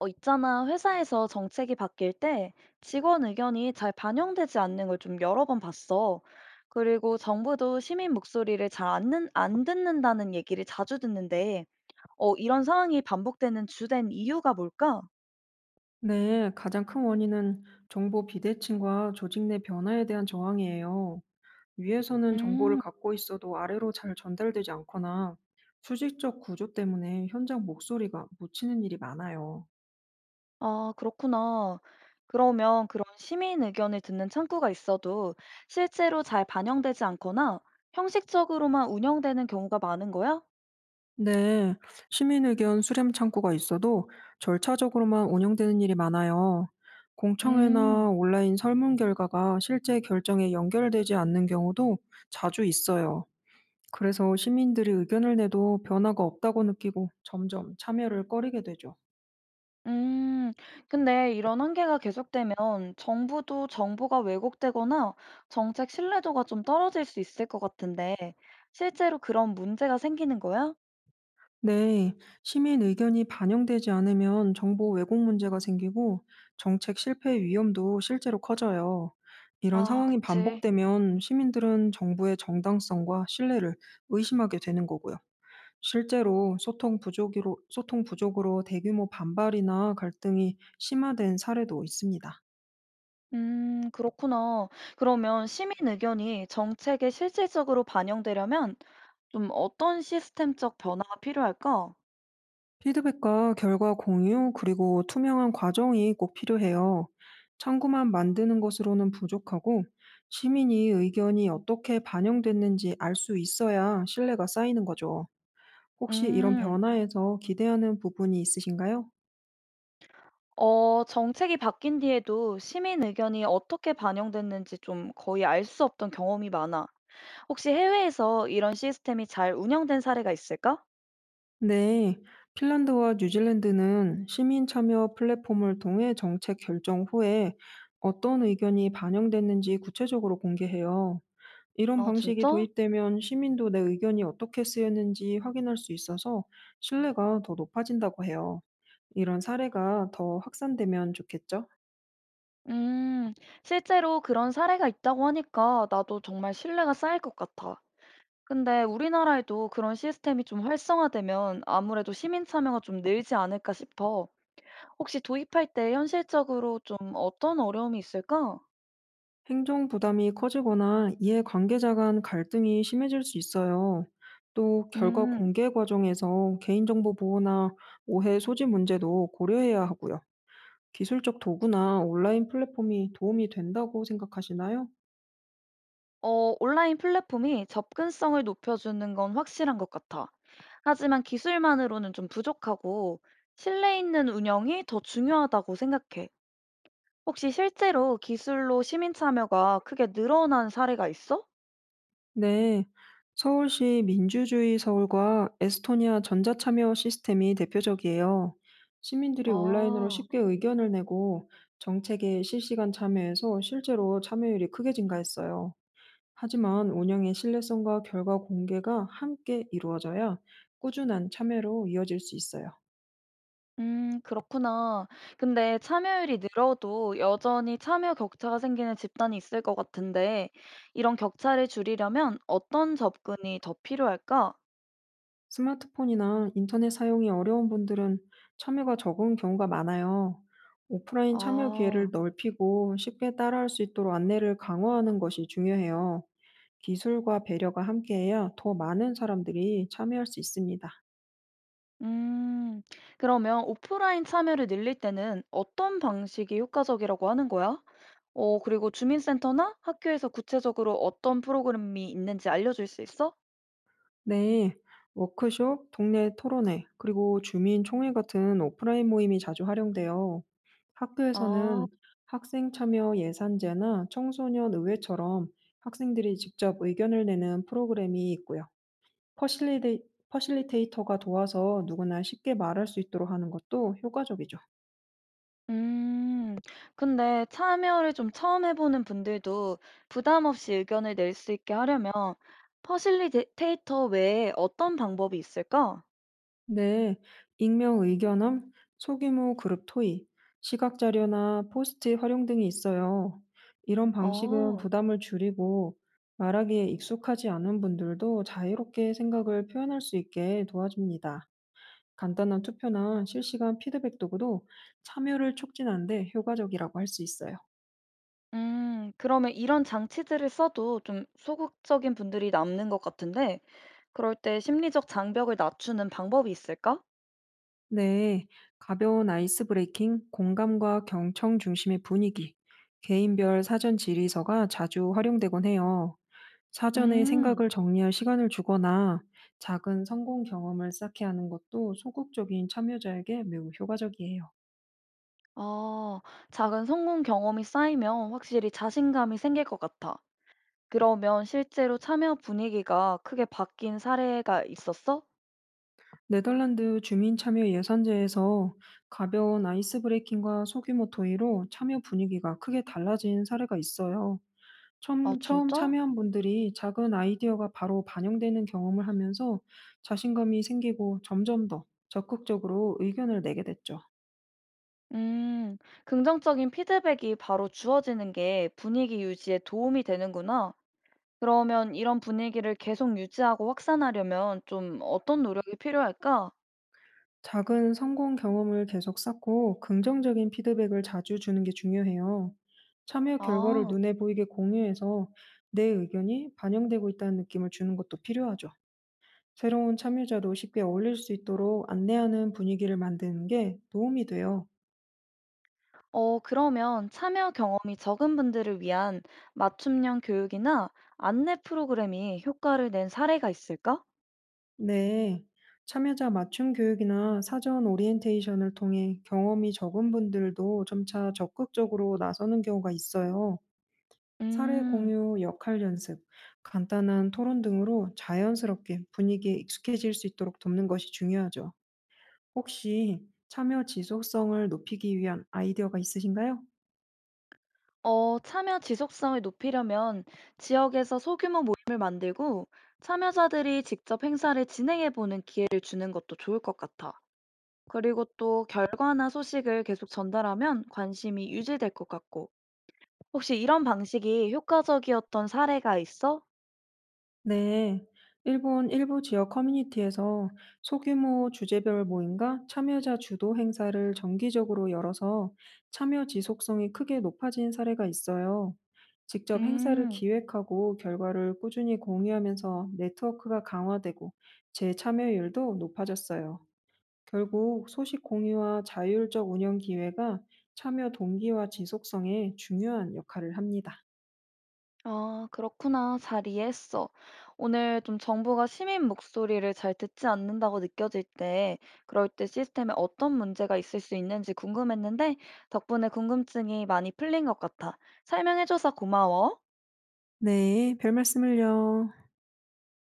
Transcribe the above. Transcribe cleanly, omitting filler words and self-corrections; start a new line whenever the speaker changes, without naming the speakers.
있잖아. 회사에서 정책이 바뀔 때 직원 의견이 잘 반영되지 않는 걸 좀 여러 번 봤어. 그리고 정부도 시민 목소리를 잘 안 듣는다는 얘기를 자주 듣는데, 이런 상황이 반복되는 주된 이유가 뭘까?
네, 가장 큰 원인은 정보 비대칭과 조직 내 변화에 대한 저항이에요. 위에서는 정보를
음,
갖고 있어도 아래로 잘 전달되지 않거나 수직적 구조 때문에 현장 목소리가 묻히는 일이 많아요.
아, 그렇구나. 그러면 그런 시민 의견을 듣는 창구가 있어도 실제로 잘 반영되지 않거나 형식적으로만 운영되는 경우가 많은 거야?
네, 시민 의견 수렴 창구가 있어도 절차적으로만 운영되는 일이 많아요.
음.
공청회나 온라인 설문 결과가 실제 결정에 연결되지 않는 경우도 자주 있어요. 그래서 시민들이 의견을 내도 변화가 없다고 느끼고 점점 참여를 꺼리게 되죠.
음, 근데 이런 한계가 계속되면 정부도 정보가 왜곡되거나 정책 신뢰도가 좀 떨어질 수 있을 것 같은데, 실제로 그런 문제가 생기는 거야?
네, 시민 의견이 반영되지 않으면 정보 왜곡 문제가 생기고 정책 실패 위험도 실제로 커져요. 이런
아,
상황이
그치.
반복되면 시민들은 정부의 정당성과 신뢰를 의심하게 되는 거고요. 실제로 소통 부족으로 대규모 반발이나 갈등이 심화된 사례도 있습니다.
그렇구나. 그러면 시민 의견이 정책에 실질적으로 반영되려면 좀 어떤 시스템적 변화가 필요할까?
피드백과 결과 공유, 그리고 투명한 과정이 꼭 필요해요. 창구만 만드는 것으로는 부족하고, 시민이 의견이 어떻게 반영됐는지 알 수 있어야 신뢰가 쌓이는 거죠. 혹시 이런
음,
변화에서 기대하는 부분이 있으신가요?
정책이 바뀐 뒤에도 시민 의견이 어떻게 반영됐는지 좀 거의 알 수 없던 경험이 많아. 혹시 해외에서 이런 시스템이 잘 운영된 사례가 있을까?
네, 핀란드와 뉴질랜드는 시민 참여 플랫폼을 통해 정책 결정 후에 어떤 의견이 반영됐는지 구체적으로 공개해요. 이런
아,
방식이
진짜?
도입되면 시민도 내 의견이 어떻게 쓰였는지 확인할 수 있어서 신뢰가 더 높아진다고 해요. 이런 사례가 더 확산되면 좋겠죠?
음, 실제로 그런 사례가 있다고 하니까 나도 정말 신뢰가 쌓일 것 같아. 근데 우리나라에도 그런 시스템이 좀 활성화되면 아무래도 시민 참여가 좀 늘지 않을까 싶어. 혹시 도입할 때 현실적으로 좀 어떤 어려움이 있을까?
행정 부담이 커지거나 이해 관계자 간 갈등이 심해질 수 있어요. 또 결과
음.
공개 과정에서 개인정보 보호나 오해 소지 문제도 고려해야 하고요. 기술적 도구나 온라인 플랫폼이 도움이 된다고 생각하시나요?
온라인 플랫폼이 접근성을 높여주는 건 확실한 것 같아. 하지만 기술만으로는 좀 부족하고 신뢰 있는 운영이 더 중요하다고 생각해. 혹시 실제로 기술로 시민 참여가 크게 늘어난 사례가 있어?
네, 서울시 민주주의 서울과 에스토니아 전자참여 시스템이 대표적이에요. 시민들이 온라인으로
아,
쉽게 의견을 내고 정책에 실시간 참여해서 실제로 참여율이 크게 증가했어요. 하지만 운영의 신뢰성과 결과 공개가 함께 이루어져야 꾸준한 참여로 이어질 수 있어요.
그렇구나. 근데 참여율이 늘어도 여전히 참여 격차가 생기는 집단이 있을 것 같은데 이런 격차를 줄이려면 어떤 접근이 더 필요할까?
스마트폰이나 인터넷 사용이 어려운 분들은 참여가 적은 경우가 많아요. 오프라인 참여 기회를
아.
넓히고 쉽게 따라할 수 있도록 안내를 강화하는 것이 중요해요. 기술과 배려가 함께해야 더 많은 사람들이 참여할 수 있습니다.
음, 그러면 오프라인 참여를 늘릴 때는 어떤 방식이 효과적이라고 하는 거야? 그리고 주민센터나 학교에서 구체적으로 어떤 프로그램이 있는지 알려줄 수 있어?
네, 워크숍, 동네 토론회, 그리고 주민총회 같은 오프라인 모임이 자주 활용돼요.
아,
학교에서는 학생 참여 예산제나 청소년 의회처럼 학생들이 직접 의견을 내는 프로그램이 있고요. 퍼실리데이 퍼실리테이터가 도와서 누구나 쉽게 말할 수 있도록 하는 것도 효과적이죠.
음, 근데 참여를 좀 처음 해보는 분들도 부담 없이 의견을 낼 수 있게 하려면 퍼실리테이터 외에 어떤 방법이 있을까?
네, 익명 의견함, 소규모 그룹 토의, 시각 자료나 포스트잇 활용 등이 있어요. 이런 방식은
아,
부담을 줄이고 말하기에 익숙하지 않은 분들도 자유롭게 생각을 표현할 수 있게 도와줍니다. 간단한 투표나 실시간 피드백 도구도 참여를 촉진하는데 효과적이라고 할 수 있어요.
그러면 이런 장치들을 써도 좀 소극적인 분들이 남는 것 같은데 그럴 때 심리적 장벽을 낮추는 방법이 있을까?
네, 가벼운 아이스 브레이킹, 공감과 경청 중심의 분위기, 개인별 사전 질의서가 자주 활용되곤 해요. 사전에
음,
생각을 정리할 시간을 주거나 작은 성공 경험을 쌓게 하는 것도 소극적인 참여자에게 매우 효과적이에요.
아, 작은 성공 경험이 쌓이면 확실히 자신감이 생길 것 같아. 그러면 실제로 참여 분위기가 크게 바뀐 사례가 있었어?
네덜란드 주민 참여 예산제에서 가벼운 아이스 브레이킹과 소규모 토의로 참여 분위기가 크게 달라진 사례가 있어요.
아,
처음
진짜?
참여한 분들이 작은 아이디어가 바로 반영되는 경험을 하면서 자신감이 생기고 점점 더 적극적으로 의견을 내게 됐죠.
음, 긍정적인 피드백이 바로 주어지는 게 분위기 유지에 도움이 되는구나. 그러면 이런 분위기를 계속 유지하고 확산하려면 좀 어떤 노력이 필요할까?
작은 성공 경험을 계속 쌓고 긍정적인 피드백을 자주 주는 게 중요해요. 참여 결과를
아.
눈에 보이게 공유해서 내 의견이 반영되고 있다는 느낌을 주는 것도 필요하죠. 새로운 참여자도 쉽게 어울릴 수 있도록 안내하는 분위기를 만드는 게 도움이 돼요.
그러면 참여 경험이 적은 분들을 위한 맞춤형 교육이나 안내 프로그램이 효과를 낸 사례가 있을까?
네, 참여자 맞춤 교육이나 사전 오리엔테이션을 통해 경험이 적은 분들도 점차 적극적으로 나서는 경우가 있어요. 사례
음,
공유, 역할 연습, 간단한 토론 등으로 자연스럽게 분위기에 익숙해질 수 있도록 돕는 것이 중요하죠. 혹시 참여 지속성을 높이기 위한 아이디어가 있으신가요?
참여 지속성을 높이려면 지역에서 소규모 모임을 만들고 참여자들이 직접 행사를 진행해보는 기회를 주는 것도 좋을 것 같아. 그리고 또 결과나 소식을 계속 전달하면 관심이 유지될 것 같고. 혹시 이런 방식이 효과적이었던 사례가 있어?
네, 일본 일부 지역 커뮤니티에서 소규모 주제별 모임과 참여자 주도 행사를 정기적으로 열어서 참여 지속성이 크게 높아진 사례가 있어요. 직접 행사를
음.
기획하고 결과를 꾸준히 공유하면서 네트워크가 강화되고 재참여율도 높아졌어요. 결국 소식 공유와 자율적 운영 기회가 참여 동기와 지속성에 중요한 역할을 합니다.
아, 그렇구나. 잘 이해했어. 오늘 좀 정부가 시민 목소리를 잘 듣지 않는다고 느껴질 때, 그럴 때 시스템에 어떤 문제가 있을 수 있는지 궁금했는데, 덕분에 궁금증이 많이 풀린 것 같아. 설명해줘서 고마워.
네, 별 말씀을요.